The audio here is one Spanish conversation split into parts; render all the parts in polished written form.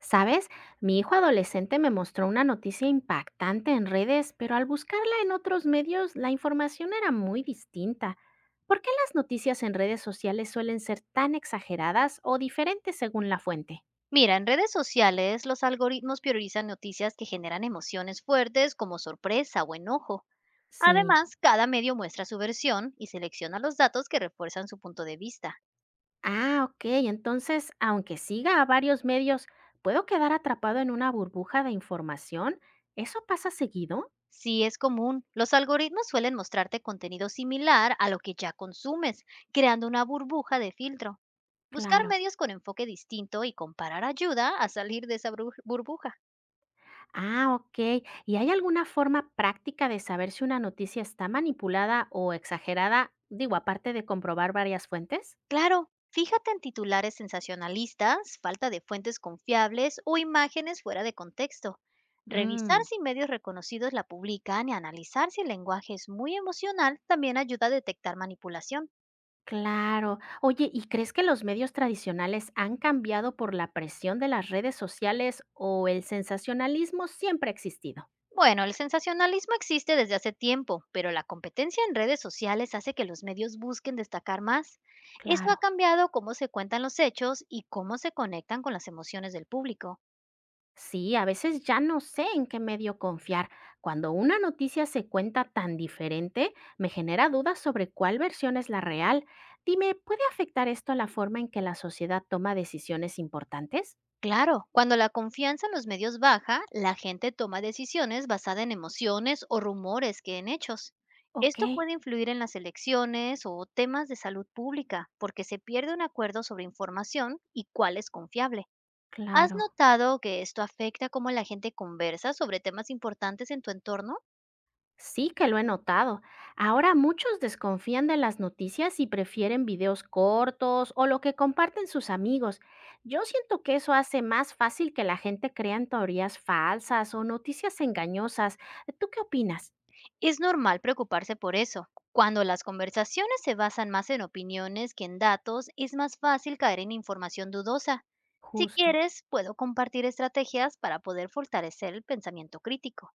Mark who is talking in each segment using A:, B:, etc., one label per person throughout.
A: ¿Sabes? Mi hijo adolescente me mostró una noticia impactante en redes, pero al buscarla en otros medios la información era muy distinta. ¿Por qué las noticias en redes sociales suelen ser tan exageradas o diferentes según la fuente?
B: Mira, en redes sociales los algoritmos priorizan noticias que generan emociones fuertes como sorpresa o enojo.
A: Sí.
B: Además, cada medio muestra su versión y selecciona los datos que refuerzan su punto de vista.
A: Ah, ok. Entonces, aunque siga a varios medios, ¿puedo quedar atrapado en una burbuja de información? ¿Eso pasa seguido?
B: Sí es común, los algoritmos suelen mostrarte contenido similar a lo que ya consumes, creando una burbuja de filtro. Buscar
A: Claro.
B: medios con enfoque distinto y comparar ayuda a salir de esa burbuja.
A: Ah, ok. ¿Y hay alguna forma práctica de saber si una noticia está manipulada o exagerada? Digo, aparte de comprobar varias fuentes.
B: Claro, fíjate en titulares sensacionalistas, falta de fuentes confiables o imágenes fuera de contexto. Revisar
A: Mm,
B: si medios reconocidos la publican y analizar si el lenguaje es muy emocional también ayuda a detectar manipulación.
A: Claro. Oye, ¿y crees que los medios tradicionales han cambiado por la presión de las redes sociales o el sensacionalismo siempre ha existido?
B: Bueno, el sensacionalismo existe desde hace tiempo, pero la competencia en redes sociales hace que los medios busquen destacar más. Esto ha
A: Claro.
B: cambiado cómo se cuentan los hechos y cómo se conectan con las emociones del público.
A: Sí, a veces ya no sé en qué medio confiar. Cuando una noticia se cuenta tan diferente, me genera dudas sobre cuál versión es la real. Dime, ¿puede afectar esto la forma en que la sociedad toma decisiones importantes?
B: Claro, cuando la confianza en los medios baja, la gente toma decisiones basadas en emociones o rumores que en hechos.
A: Ok,
B: Esto puede influir en las elecciones o temas de salud pública, porque se pierde un acuerdo sobre información y cuál es confiable. ¿Has
A: claro.
B: notado que esto afecta cómo la gente conversa sobre temas importantes en tu entorno?
A: Sí que lo he notado. Ahora muchos desconfían de las noticias y prefieren videos cortos o lo que comparten sus amigos. Yo siento que eso hace más fácil que la gente crea en teorías falsas o noticias engañosas. ¿Tú qué opinas?
B: Es normal preocuparse por eso. Cuando las conversaciones se basan más en opiniones que en datos, es más fácil caer en información dudosa. Si
A: Justo.
B: quieres, puedo compartir estrategias para poder fortalecer el pensamiento crítico.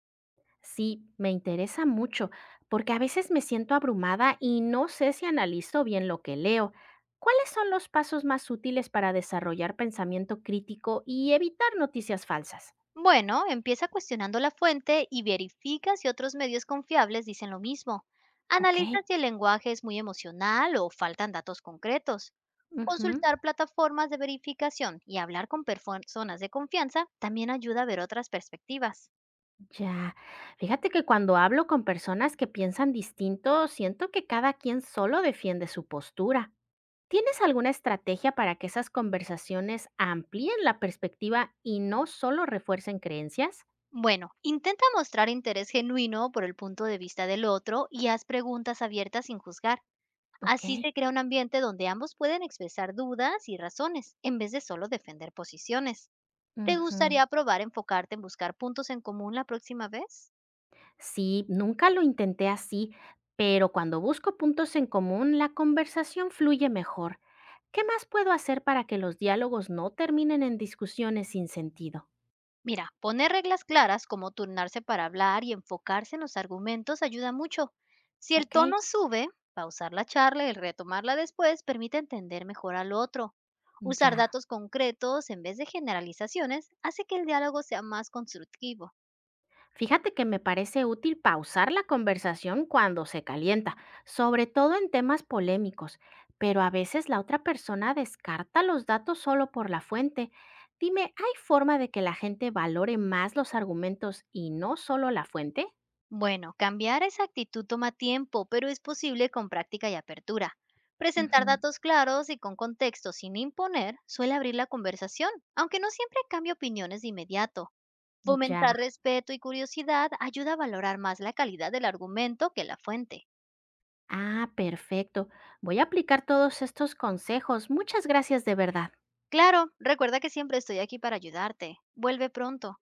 A: Sí, me interesa mucho, porque a veces me siento abrumada y no sé si analizo bien lo que leo. ¿Cuáles son los pasos más útiles para desarrollar pensamiento crítico y evitar noticias falsas?
B: Bueno, empieza cuestionando la fuente y verifica si otros medios confiables dicen lo mismo.
A: Ok.
B: Analiza si el lenguaje es muy emocional o faltan datos concretos.
A: ujú,
B: Consultar plataformas de verificación y hablar con personas de confianza también ayuda a ver otras perspectivas.
A: Ya. Fíjate que cuando hablo con personas que piensan distinto, siento que cada quien solo defiende su postura. ¿Tienes alguna estrategia para que esas conversaciones amplíen la perspectiva y no solo refuercen creencias?
B: Bueno, intenta mostrar interés genuino por el punto de vista del otro y haz preguntas abiertas sin juzgar.
A: Ok.
B: Así se crea un ambiente donde ambos pueden expresar dudas y razones, en vez de solo defender posiciones. ¿Te
A: Ujú.
B: gustaría probar enfocarte en buscar puntos en común la próxima vez?
A: Sí, nunca lo intenté así, pero cuando busco puntos en común, la conversación fluye mejor. ¿Qué más puedo hacer para que los diálogos no terminen en discusiones sin sentido?
B: Mira, poner reglas claras como turnarse para hablar y enfocarse en los argumentos ayuda mucho. Si el
A: Ok,
B: tono sube, pausar la charla y retomarla después permite entender mejor al otro. Usar
A: ya.
B: datos concretos en vez de generalizaciones hace que el diálogo sea más constructivo.
A: Fíjate que me parece útil pausar la conversación cuando se calienta, sobre todo en temas polémicos, pero a veces la otra persona descarta los datos solo por la fuente. Dime, ¿hay forma de que la gente valore más los argumentos y no solo la fuente?
B: Bueno, cambiar esa actitud toma tiempo, pero es posible con práctica y apertura. Presentar
A: Ujú,
B: datos claros y con contexto sin imponer suele abrir la conversación, aunque no siempre cambie opiniones de inmediato. Fomentar
A: Ya.
B: respeto y curiosidad ayuda a valorar más la calidad del argumento que la fuente.
A: Ah, perfecto. Voy a aplicar todos estos consejos. Muchas gracias de verdad.
B: Claro, recuerda que siempre estoy aquí para ayudarte. Vuelve pronto.